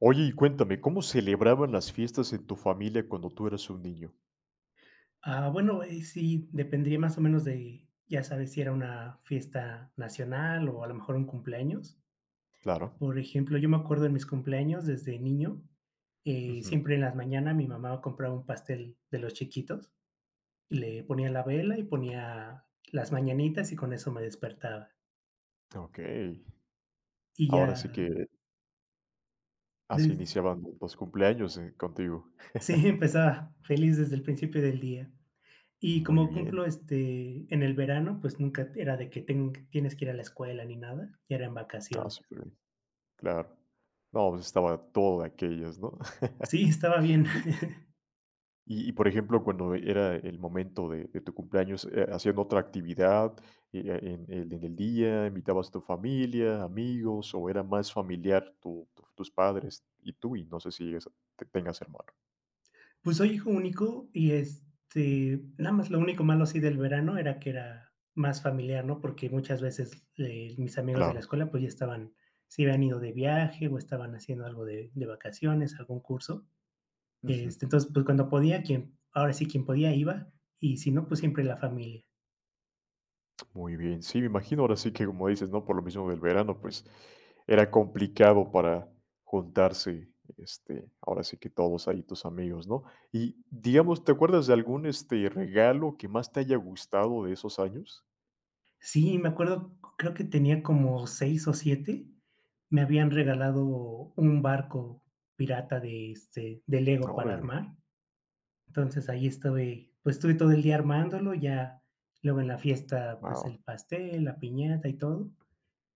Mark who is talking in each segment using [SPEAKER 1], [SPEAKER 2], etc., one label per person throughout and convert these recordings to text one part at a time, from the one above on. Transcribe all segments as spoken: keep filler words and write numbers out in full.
[SPEAKER 1] Oye, y cuéntame, ¿cómo celebraban las fiestas en tu familia cuando tú eras un niño?
[SPEAKER 2] Ah, bueno, eh, sí, dependría más o menos de, ya sabes, si era una fiesta nacional o a lo mejor un cumpleaños.
[SPEAKER 1] Claro.
[SPEAKER 2] Por ejemplo, yo me acuerdo en mis cumpleaños desde niño, eh,
[SPEAKER 1] Ujú.
[SPEAKER 2] siempre en las mañanas mi mamá compraba un pastel de los chiquitos, y le ponía la vela y ponía las mañanitas y con eso me despertaba.
[SPEAKER 1] Okey.
[SPEAKER 2] Y ya,
[SPEAKER 1] Ahora sí que así
[SPEAKER 2] des-
[SPEAKER 1] iniciaban los cumpleaños, eh, contigo.
[SPEAKER 2] sí, empezaba feliz desde el principio del día. Y
[SPEAKER 1] Muy
[SPEAKER 2] como
[SPEAKER 1] bien.
[SPEAKER 2] cumplo este en el verano, pues nunca era de que ten- tienes que ir a la escuela ni nada, ya era en
[SPEAKER 1] Ah,
[SPEAKER 2] vacaciones.
[SPEAKER 1] súper bien. Claro. No, pues estaba todo de aquellas, ¿no?
[SPEAKER 2] Sí, estaba bien.
[SPEAKER 1] Y Y y, por ejemplo, cuando era el momento de de tu cumpleaños, eh, ¿hacían otra actividad, eh, eh, en el en el día? ¿Invitabas a tu familia, amigos, o era más familiar tu tu tus padres y tú? Y no sé si es te tengas hermano.
[SPEAKER 2] Pues soy hijo único y, este, nada más lo único malo así del verano era que era más familiar, ¿no? Porque muchas veces, eh, mis amigos de la
[SPEAKER 1] Claro.
[SPEAKER 2] escuela, pues, ya estaban se habían ido de viaje o estaban haciendo algo de de vacaciones, algún curso.
[SPEAKER 1] Ujú.
[SPEAKER 2] Este, entonces, pues, cuando podía, quien ahora sí, quien podía iba, y si no, pues, siempre la familia.
[SPEAKER 1] Muy bien. Sí, me imagino, ahora sí que como dices, ¿no? Por lo mismo del verano, pues era complicado para juntarse, este, ahora sí que todos ahí tus amigos, ¿no? Y digamos, ¿te acuerdas de algún este regalo que más te haya gustado de esos años?
[SPEAKER 2] Sí, me acuerdo, creo que tenía como seis o siete, me habían regalado un barco pirata de, este, de Lego para
[SPEAKER 1] Órale,
[SPEAKER 2] armar. Entonces, ahí estuve, pues, estuve todo el día armándolo, ya luego en la fiesta, pues,
[SPEAKER 1] wao.
[SPEAKER 2] el pastel, la piñata y todo,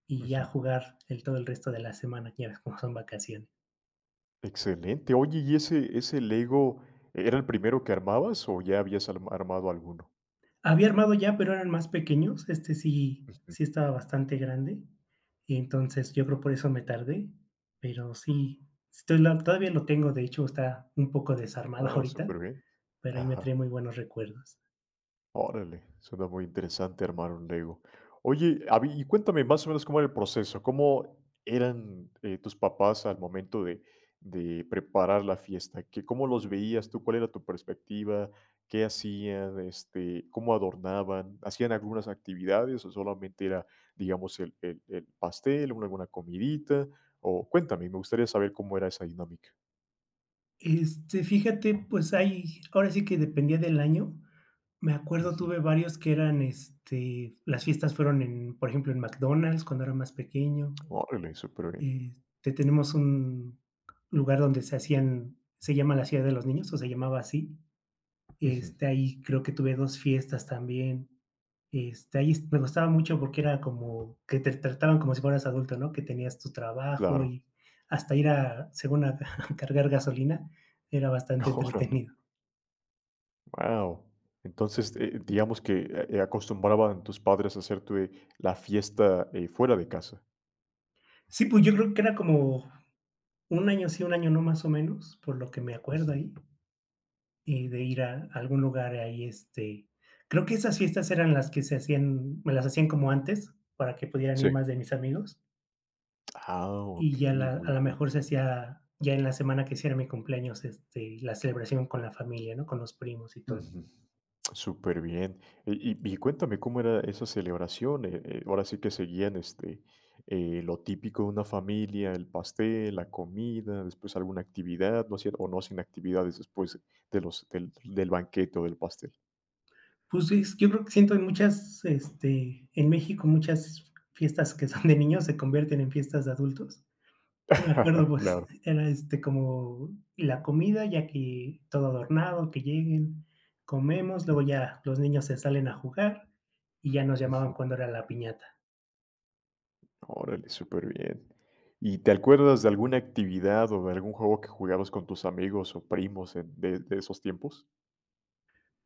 [SPEAKER 2] y ya
[SPEAKER 1] Ujú.
[SPEAKER 2] jugar el todo el resto de la semana, ya ves cómo son vacaciones.
[SPEAKER 1] Excelente. Oye, ¿y ese ese Lego era el primero que armabas o ya habías alm armado alguno?
[SPEAKER 2] Había armado ya, pero eran más pequeños, este sí
[SPEAKER 1] Ujú.
[SPEAKER 2] sí estaba bastante grande, y entonces yo creo por eso me tardé, pero sí, estoy la todavía lo tengo, de hecho, está un poco desarmado
[SPEAKER 1] Ah,
[SPEAKER 2] ahorita,
[SPEAKER 1] superbién.
[SPEAKER 2] pero ahí me trae
[SPEAKER 1] Ajá.
[SPEAKER 2] muy buenos recuerdos.
[SPEAKER 1] Órale, suena muy interesante armar un Lego. Oye, a y cuéntame más o menos cómo era el proceso, ¿cómo eran, eh, tus papás al momento de de preparar la fiesta? ¿Que cómo los veías tú? ¿Cuál era tu perspectiva? ¿Qué hacían? Este, ¿cómo adornaban? ¿Hacían algunas actividades o solamente era, digamos, el el el pastel, una alguna comidita? O cuéntame, me gustaría saber cómo era esa dinámica.
[SPEAKER 2] Este, fíjate, pues, ahí ahora sí que dependía del año. Me acuerdo,
[SPEAKER 1] Ujú.
[SPEAKER 2] tuve varios que eran, este, las fiestas fueron en, por ejemplo, en McDonald's cuando era más pequeño.
[SPEAKER 1] Órale, superbién.
[SPEAKER 2] Este, tenemos un lugar donde se hacían se llama La Ciudad de los Niños, o se llamaba así.
[SPEAKER 1] Ujú.
[SPEAKER 2] Este, ahí creo que tuve dos fiestas también. Este, ahí es- me gustaba mucho porque era como que te trataban como si fueras adulto, ¿no? Que tenías tu trabajo
[SPEAKER 1] Claro,
[SPEAKER 2] y hasta ir a, según a cargar gasolina, era bastante
[SPEAKER 1] órale.
[SPEAKER 2] entretenido.
[SPEAKER 1] Wow. Entonces, eh, digamos que, eh, eh, acostumbraban tus padres a hacerte la fiesta, eh, fuera de casa.
[SPEAKER 2] Sí, pues yo creo que era como un año sí, un año no más o menos, por lo que me acuerdo
[SPEAKER 1] Ujú.
[SPEAKER 2] ahí, y de ir a algún lugar ahí, este, creo que esas fiestas eran las que se hacían, me las hacían como antes, para que pudieran
[SPEAKER 1] Sí.
[SPEAKER 2] ir más de mis amigos,
[SPEAKER 1] Ah,
[SPEAKER 2] y ya
[SPEAKER 1] okey,
[SPEAKER 2] la- a
[SPEAKER 1] muy
[SPEAKER 2] lo
[SPEAKER 1] bien.
[SPEAKER 2] mejor se hacía, ya en la semana que hiciera mi cumpleaños, este, la celebración con la familia, ¿no? Con los primos y todo.
[SPEAKER 1] Ujú. Súper bien. Y y y cuéntame, ¿cómo era esa celebración? Eh eh, ahora sí que seguían, este, eh, lo típico de una familia, el pastel, la comida, después alguna actividad, ¿no hacían o no hacían actividades después de los del del banquete o del pastel?
[SPEAKER 2] Pues es- yo creo que siento en muchas, este, en México muchas fiestas que son de niños se convierten en fiestas de adultos. Me acuerdo, pues,
[SPEAKER 1] Claro.
[SPEAKER 2] era, este, como la comida, ya que todo adornado, que lleguen, comemos, luego ya los niños se salen a jugar y ya nos
[SPEAKER 1] Ujú.
[SPEAKER 2] llamaban cuando era la piñata.
[SPEAKER 1] Órale, súper bien. ¿Y te acuerdas de alguna actividad o de algún juego que jugabas con tus amigos o primos en de de esos tiempos?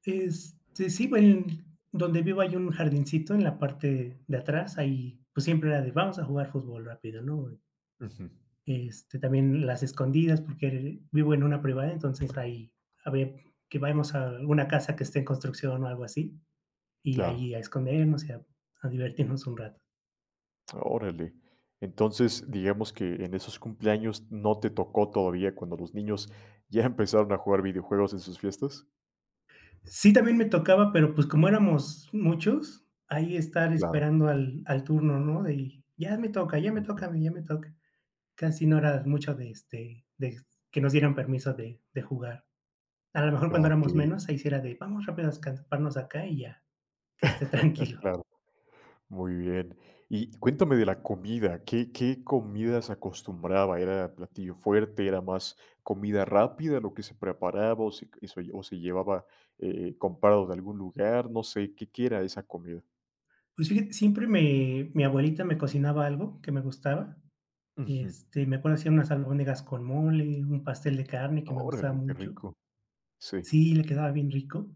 [SPEAKER 2] Este, sí, bueno donde vivo hay un jardincito en la parte de atrás, ahí, pues, siempre era de: "Vamos a jugar fútbol rápido", ¿no?
[SPEAKER 1] Ujú.
[SPEAKER 2] Este, también las escondidas, porque vivo en una privada, entonces ahí a ver que vayamos a alguna casa que esté en construcción o algo así, y
[SPEAKER 1] Claro,
[SPEAKER 2] ahí a escondernos y a a divertirnos un rato.
[SPEAKER 1] órale. Entonces, digamos que en esos cumpleaños no te tocó todavía cuando los niños ya empezaron a jugar videojuegos en sus fiestas.
[SPEAKER 2] Sí, también me tocaba, pero, pues, como éramos muchos, ahí estar
[SPEAKER 1] Claro.
[SPEAKER 2] esperando al al turno, ¿no? De: "Ya me toca, ya me toca
[SPEAKER 1] Ujú.
[SPEAKER 2] a ya me toca". Casi no era mucho de, este, de que nos dieran permiso de de jugar. A lo mejor cuando éramos
[SPEAKER 1] Okey.
[SPEAKER 2] menos, ahí sí era de: "Vamos rápido a escamparnos acá y ya, que esté tranquilo".
[SPEAKER 1] Claro. Muy bien. Y cuéntame de la comida, ¿qué qué comidas acostumbraba? ¿Era platillo fuerte? ¿Era más comida rápida lo que se preparaba o se eso o se llevaba, eh, comprado de algún lugar? No sé, ¿qué qué era esa comida?
[SPEAKER 2] Pues, fíjate, siempre me mi abuelita me cocinaba algo que me gustaba,
[SPEAKER 1] Ujú.
[SPEAKER 2] este, me acuerdo hacía unas albóndigas con mole, un pastel de carne que me gustaba
[SPEAKER 1] Órale, qué
[SPEAKER 2] mucho.
[SPEAKER 1] rico. Sí.
[SPEAKER 2] Sí, le quedaba bien rico.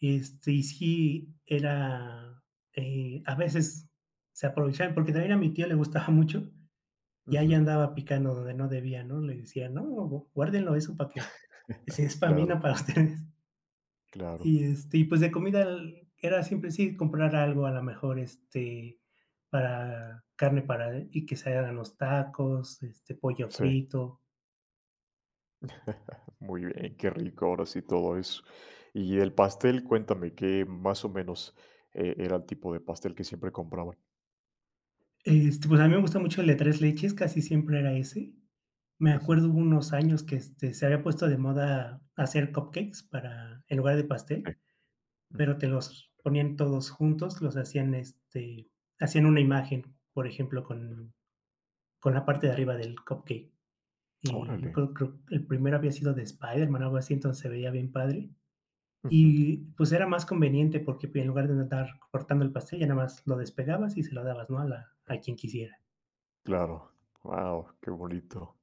[SPEAKER 2] Este, y sí era, eh, a veces se aprovechaban, porque también a mi tío le gustaba mucho, y ahí
[SPEAKER 1] Ujú.
[SPEAKER 2] andaba picando donde no debía, ¿no? Le decía: "No, gu guárdenlo eso para que si es para mí,
[SPEAKER 1] Claro,
[SPEAKER 2] no para ustedes".
[SPEAKER 1] claro.
[SPEAKER 2] Y, este, y pues de comida el era siempre, sí, comprar algo, a lo mejor, este, para carne para eh, y que se hagan los tacos, este, pollo
[SPEAKER 1] Sí.
[SPEAKER 2] frito.
[SPEAKER 1] Muy bien, qué rico, ahora sí todo eso. Y del pastel, cuéntame, ¿qué más o menos, eh, era el tipo de pastel que siempre compraban?
[SPEAKER 2] Este, pues a mí me gusta mucho el de tres leches, casi siempre era ese. Me
[SPEAKER 1] Ujú.
[SPEAKER 2] acuerdo hubo unos años que, este, se había puesto de moda hacer cupcakes para en lugar de pastel,
[SPEAKER 1] Sí.
[SPEAKER 2] pero te los ponían todos juntos, los hacían, este, hacían una imagen, por ejemplo, con con la parte de arriba del cupcake. Y me
[SPEAKER 1] Órale.
[SPEAKER 2] acuerdo, creo que el primero había sido de Spider-Man o algo así, entonces se veía bien padre.
[SPEAKER 1] Ujú.
[SPEAKER 2] Y pues era más conveniente porque pues, en lugar de andar cortando el pastel, ya nada más lo despegabas y se lo dabas, ¿no? A, la, a quien quisiera.
[SPEAKER 1] Claro. Wow, qué bonito.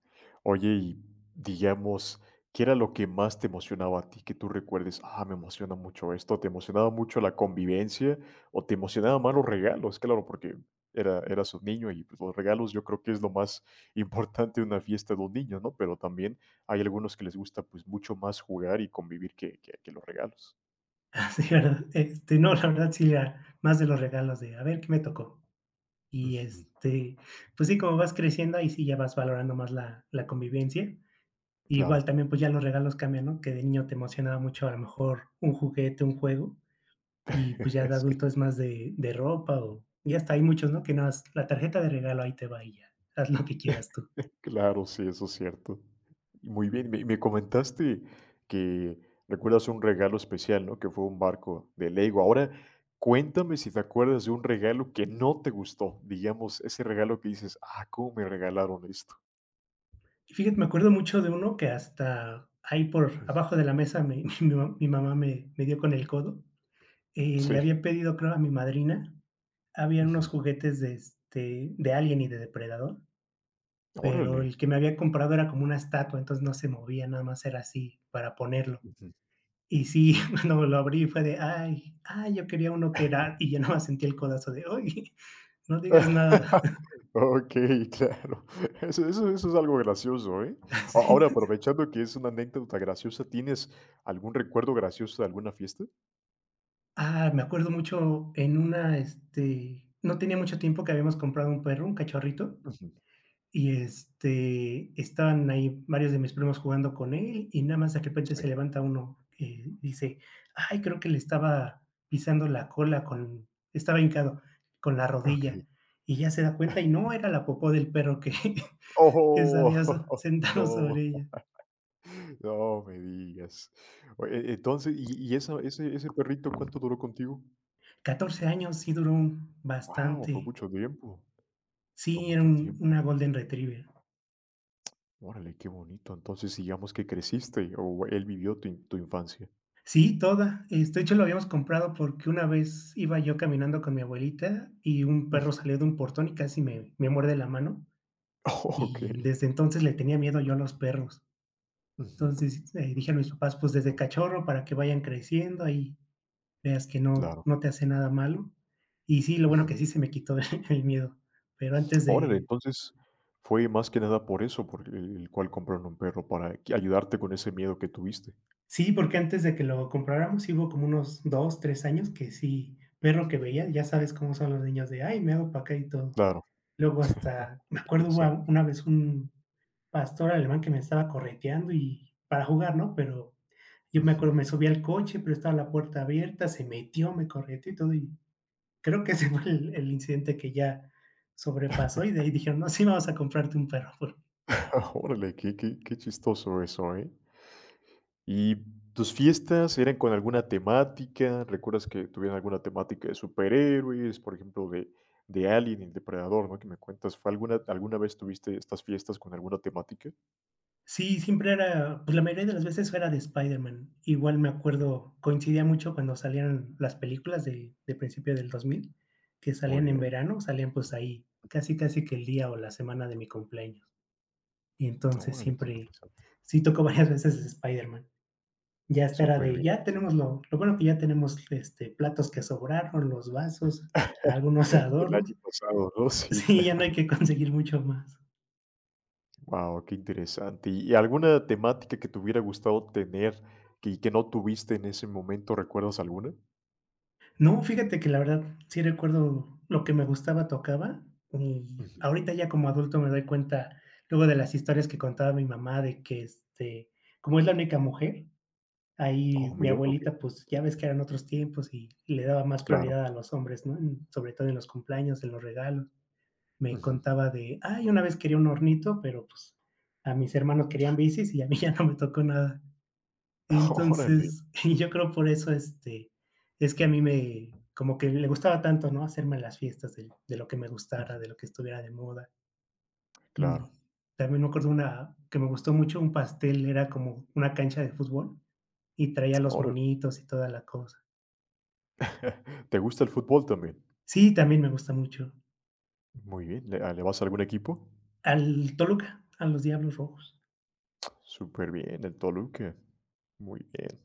[SPEAKER 1] Oye, y digamos, ¿qué era lo que más te emocionaba a ti? Que tú recuerdes, ah, me emociona mucho esto, ¿te emocionaba mucho la convivencia o te emocionaban más los regalos? Claro, porque era, eras un niño y pues, los regalos yo creo que es lo más importante de una fiesta de un niño, ¿no? Pero también hay algunos que les gusta pues mucho más jugar y convivir que, que, que los regalos.
[SPEAKER 2] Así, ¿verdad? Este, no, la verdad sí era más de los regalos de, a ver, ¿qué me tocó? Y
[SPEAKER 1] Ujú.
[SPEAKER 2] este, pues sí, como vas creciendo, ahí sí ya vas valorando más la, la convivencia.
[SPEAKER 1] Claro,
[SPEAKER 2] Igual también, pues ya los regalos cambian, ¿no? Que de niño te emocionaba mucho a lo mejor un juguete, un juego, y pues ya de adulto
[SPEAKER 1] sí.
[SPEAKER 2] es más de, de ropa o ya está. Hay muchos, ¿no? Que no has, la tarjeta de regalo ahí te va y ya, haz lo que quieras tú.
[SPEAKER 1] Claro, sí, eso es cierto. Muy bien, me me comentaste que recuerdas un regalo especial, ¿no? Que fue un barco de Lego. Ahora, cuéntame si te acuerdas de un regalo que no te gustó, digamos, ese regalo que dices: "Ah, ¿cómo me regalaron esto?".
[SPEAKER 2] Y fíjate, me acuerdo mucho de uno que hasta ahí por
[SPEAKER 1] Ujú.
[SPEAKER 2] abajo de la mesa me- mi, ma- mi mamá me, me dio con el codo. Eh, le había
[SPEAKER 1] Sí.
[SPEAKER 2] pedido, creo, a mi madrina, habían unos
[SPEAKER 1] Ujú.
[SPEAKER 2] juguetes de, este, de Alien y de Depredador, pero
[SPEAKER 1] Órale.
[SPEAKER 2] el que me habían comprado era como una estatua, entonces no se movía, nada más era así para ponerlo.
[SPEAKER 1] Ujú.
[SPEAKER 2] Y sí, cuando me lo abrí fue de: "Ay, ay, yo quería uno que era", y ya nada más sentí el codazo de: "Ay, no digas nada".
[SPEAKER 1] Okey, claro. Eso eso eso es algo gracioso, ¿eh? A
[SPEAKER 2] Así.
[SPEAKER 1] Ahora, aprovechando que es una anécdota graciosa, ¿tienes algún recuerdo gracioso de alguna fiesta?
[SPEAKER 2] Ah, me acuerdo mucho en una, este, no tenía mucho tiempo que habíamos comprado un perro, un cachorrito,
[SPEAKER 1] Ujú.
[SPEAKER 2] y este, estaban ahí varios de mis primos jugando con él y nada más de repente
[SPEAKER 1] Sí.
[SPEAKER 2] se levanta uno y dice, ay, creo que le estaba pisando la cola con, estaba hincado con la
[SPEAKER 1] Okey.
[SPEAKER 2] rodilla y ya se da cuenta y no era la popó del perro que, que se había
[SPEAKER 1] ¡Oh!
[SPEAKER 2] sentado
[SPEAKER 1] No,
[SPEAKER 2] sobre ella.
[SPEAKER 1] no me digas. O e Entonces, ¿y y esa ese ese perrito cuánto duró contigo?
[SPEAKER 2] Catorce años sí duró
[SPEAKER 1] Wow, fue
[SPEAKER 2] bastante.
[SPEAKER 1] mucho tiempo, fue
[SPEAKER 2] Sí, era
[SPEAKER 1] mucho
[SPEAKER 2] un,
[SPEAKER 1] tiempo.
[SPEAKER 2] una Golden Retriever.
[SPEAKER 1] Órale, qué bonito. Entonces, digamos que creciste o él vivió tu in tu infancia.
[SPEAKER 2] Sí, toda. Este, de hecho, lo habíamos comprado porque una vez iba yo caminando con mi abuelita y un perro
[SPEAKER 1] Ujú.
[SPEAKER 2] salió de un portón y casi me me muerde la mano, y
[SPEAKER 1] Okey.
[SPEAKER 2] desde entonces le tenía miedo yo a los perros.
[SPEAKER 1] Ujú.
[SPEAKER 2] Entonces, eh, dije a mis papás, pues desde cachorro para que vayan creciendo, ahí veas que no
[SPEAKER 1] Claro.
[SPEAKER 2] no te hace nada malo. Y sí, lo bueno
[SPEAKER 1] Ujú.
[SPEAKER 2] que sí se me quitó el miedo, pero antes
[SPEAKER 1] Órale,
[SPEAKER 2] de
[SPEAKER 1] entonces, fue más que nada por eso, por el el cual compraron un perro para que ayudarte con ese miedo que tuviste.
[SPEAKER 2] sí, porque antes de que lo compráramos, sí hubo como unos dos, tres años que sí, perro que
[SPEAKER 1] Sí.
[SPEAKER 2] veía, ya sabes cómo son los niños de: "Ay, me hago para acá", y todo.
[SPEAKER 1] Claro.
[SPEAKER 2] Luego hasta, me
[SPEAKER 1] Qué
[SPEAKER 2] acuerdo hubo
[SPEAKER 1] interesante.
[SPEAKER 2] una vez un pastor alemán que me estaba correteando y para jugar, ¿no? Pero yo me
[SPEAKER 1] Ujú.
[SPEAKER 2] acuerdo, me subí al coche, pero estaba la puerta abierta, se metió, me correteó y todo, y creo que ese fue el el incidente que ya sobrepasó, y de ahí dijeron: "No, sí, vamos a comprarte un perro".
[SPEAKER 1] ¡Ah, órale, qué qué qué chistoso eso, ¿eh? ¿Y tus fiestas eran con alguna temática? ¿Recuerdas que tuvieran alguna temática de superhéroes, por ejemplo, de de Alien y el Depredador, no? Que me cuentas, ¿fue alguna alguna vez tuviste estas fiestas con alguna temática?
[SPEAKER 2] Sí, siempre era, pues, la mayoría de las veces era de Spider-Man. Igual me acuerdo, coincidía mucho cuando salían las películas de de principio del dos mil que
[SPEAKER 1] Muy
[SPEAKER 2] salían en
[SPEAKER 1] bien.
[SPEAKER 2] verano, salían, pues, ahí, casi, casi que el día o la semana de mi cumpleaños. Y entonces
[SPEAKER 1] Órale, qué
[SPEAKER 2] siempre,
[SPEAKER 1] interesante.
[SPEAKER 2] sí tocó varias veces Spider-Man. Ya hasta era
[SPEAKER 1] Súper
[SPEAKER 2] de,
[SPEAKER 1] bien.
[SPEAKER 2] ya tenemos lo lo bueno que ya tenemos, este, platos que sobraron, los vasos, algunos
[SPEAKER 1] Del año
[SPEAKER 2] adornos.
[SPEAKER 1] pasado, ¿no? Sí,
[SPEAKER 2] Sí, ya no hay
[SPEAKER 1] claro.
[SPEAKER 2] que conseguir mucho más.
[SPEAKER 1] ¡Wow, qué interesante! ¿Y alguna temática que te hubiera gustado tener que y que no tuviste en ese momento, recuerdas alguna?
[SPEAKER 2] No, fíjate que la verdad sí recuerdo lo que me gustaba, tocaba, y
[SPEAKER 1] Ujú.
[SPEAKER 2] ahorita ya como adulto me doy cuenta luego de las historias que contaba mi mamá de que, este, como es la única mujer, ahí
[SPEAKER 1] Oh,
[SPEAKER 2] mi
[SPEAKER 1] mira, okey,
[SPEAKER 2] abuelita, pues, ya ves que eran otros tiempos y le daba más
[SPEAKER 1] claro.
[SPEAKER 2] prioridad a los hombres, ¿no? En sobre todo en los cumpleaños, en los regalos. Me
[SPEAKER 1] Ujú.
[SPEAKER 2] contaba de: "Ay, una vez quería un hornito, pero, pues, a mis hermanos querían bicis y a mí ya no me tocó nada".
[SPEAKER 1] Órale.
[SPEAKER 2] Entonces, y yo creo por eso, este, es que a mí me, como que le gustaba tanto, ¿no? Hacerme las fiestas de, de lo que me gustara,
[SPEAKER 1] Ujú.
[SPEAKER 2] de lo que estuviera de moda. Y
[SPEAKER 1] Claro,
[SPEAKER 2] también me acuerdo una que me gustó mucho, un pastel, era como una cancha de fútbol y traía los
[SPEAKER 1] órale.
[SPEAKER 2] monitos y toda la cosa.
[SPEAKER 1] ¿Te gusta el fútbol también?
[SPEAKER 2] Sí, también me gusta mucho.
[SPEAKER 1] Muy bien, ¿le ah, le vas a algún equipo?
[SPEAKER 2] Al Toluca, a los Diablos Rojos,
[SPEAKER 1] Súper bien, el Toluca. Muy bien.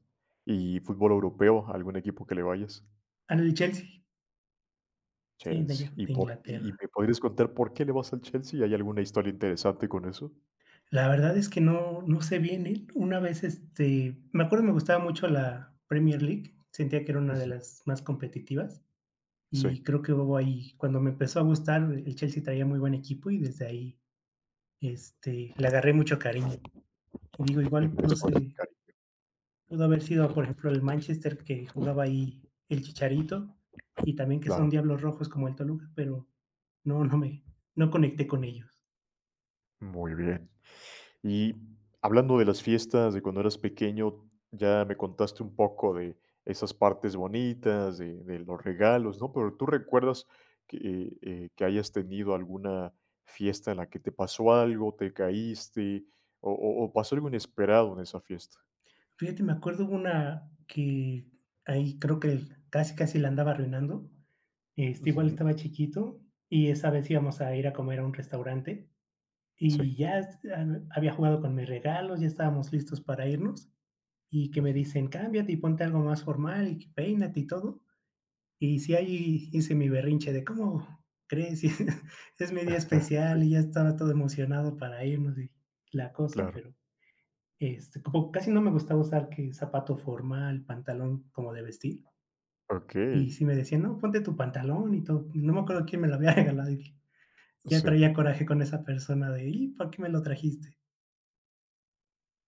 [SPEAKER 1] ¿Y fútbol europeo, algún equipo que le vayas?
[SPEAKER 2] al Chelsea, sí, de
[SPEAKER 1] Chelsea.
[SPEAKER 2] allá,
[SPEAKER 1] ¿Y
[SPEAKER 2] de
[SPEAKER 1] por y y
[SPEAKER 2] Inglaterra.
[SPEAKER 1] me podrías contar por qué le vas al Chelsea? ¿Hay alguna historia interesante con eso?
[SPEAKER 2] La verdad es que no no sé bien, ¿eh? Una vez, este, me acuerdo me gustaba mucho la Premier League, sentía que era una de
[SPEAKER 1] Ujú.
[SPEAKER 2] las más competitivas,
[SPEAKER 1] Sí,
[SPEAKER 2] y creo que hubo ahí cuando me empezó a gustar, el Chelsea traía muy buen equipo y desde ahí, este, le agarré mucho cariño. Y digo, igual, no
[SPEAKER 1] empezó ese
[SPEAKER 2] sé,
[SPEAKER 1] cari
[SPEAKER 2] pudo haber sido, por ejemplo, el Manchester que jugaba ahí el Chicharito, y también que son
[SPEAKER 1] claro,
[SPEAKER 2] diablos rojos como el Toluca, pero no, no me no conecté con ellos.
[SPEAKER 1] muy bien. Y hablando de las fiestas, de cuando eras pequeño, ya me contaste un poco de esas partes bonitas, de de los regalos, ¿no? Pero, ¿tú recuerdas que, eh eh, que hayas tenido alguna fiesta en la que te pasó algo, te caíste, o o o pasó algo inesperado en esa fiesta?
[SPEAKER 2] Fíjate, me acuerdo una que ahí creo que casi, casi la andaba arruinando. Este, igual
[SPEAKER 1] Ujú.
[SPEAKER 2] estaba chiquito y esa vez íbamos a ir a comer a un restaurante
[SPEAKER 1] Sí.
[SPEAKER 2] y ya es- ha- había jugado con mis regalos, ya estábamos listos para irnos y que me
[SPEAKER 1] Ujú.
[SPEAKER 2] dicen, cámbiate y ponte algo más formal y que peínate y todo. Y si ahí hice mi berrinche de, ¿cómo crees? Es mi día
[SPEAKER 1] Sí,
[SPEAKER 2] especial y ya estaba todo emocionado para irnos y la cosa,
[SPEAKER 1] claro.
[SPEAKER 2] pero este, como casi no me gustaba usar que zapato formal, pantalón como de vestir,
[SPEAKER 1] Okey.
[SPEAKER 2] y sí me decían: "No, ponte tu pantalón y todo". No me acuerdo quién me lo había regalado, y ya
[SPEAKER 1] Sí.
[SPEAKER 2] traía coraje con esa persona de: "¿Y por qué me lo trajiste?".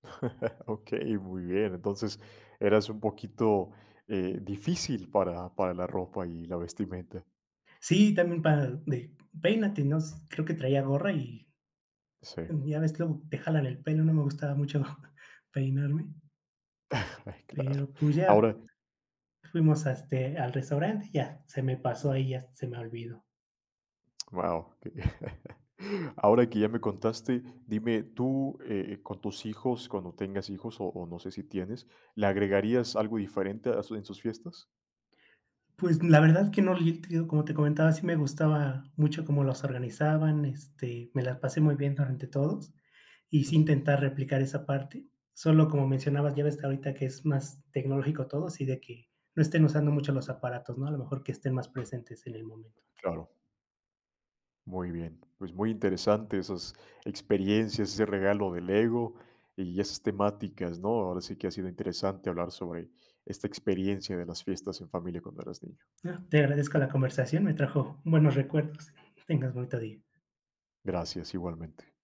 [SPEAKER 1] Okey, muy bien. Entonces, eras un poquito, eh, difícil para para la ropa y la vestimenta.
[SPEAKER 2] Sí, también para de: "Peínate", ¿no? S creo que traía gorra y
[SPEAKER 1] Sí,
[SPEAKER 2] mm, ya ves, luego te jalan el pelo, no me gustaba mucho peinarme,
[SPEAKER 1] claro.
[SPEAKER 2] pero, pues, ya
[SPEAKER 1] Ahora,
[SPEAKER 2] fuimos, este, al restaurante, ya se me pasó ahí, ya se me olvidó.
[SPEAKER 1] wow. Ahora que ya me contaste, dime, tú, eh, con tus hijos, cuando tengas hijos, o o no sé si tienes, ¿le agregarías algo diferente a su en sus fiestas?
[SPEAKER 2] Pues la verdad que no, y te digo, como te comentaba, sí me gustaba mucho cómo los organizaban, este, me la pasé muy bien durante todos, y sí
[SPEAKER 1] Ujú.
[SPEAKER 2] intentar replicar esa parte. Solo como mencionabas, ya ves ahorita que es más tecnológico todo, así de que no estén usando mucho los aparatos, ¿no? A lo mejor que estén más presentes en el momento.
[SPEAKER 1] Claro, muy bien. Pues muy interesante esas experiencias, ese regalo de Lego y esas temáticas, ¿no? Ahora sí que ha sido interesante hablar sobre esta experiencia de las fiestas en familia cuando eras niño.
[SPEAKER 2] Ah, te agradezco la conversación, me trajo buenos recuerdos. Tengas bonito día.
[SPEAKER 1] Gracias, igualmente.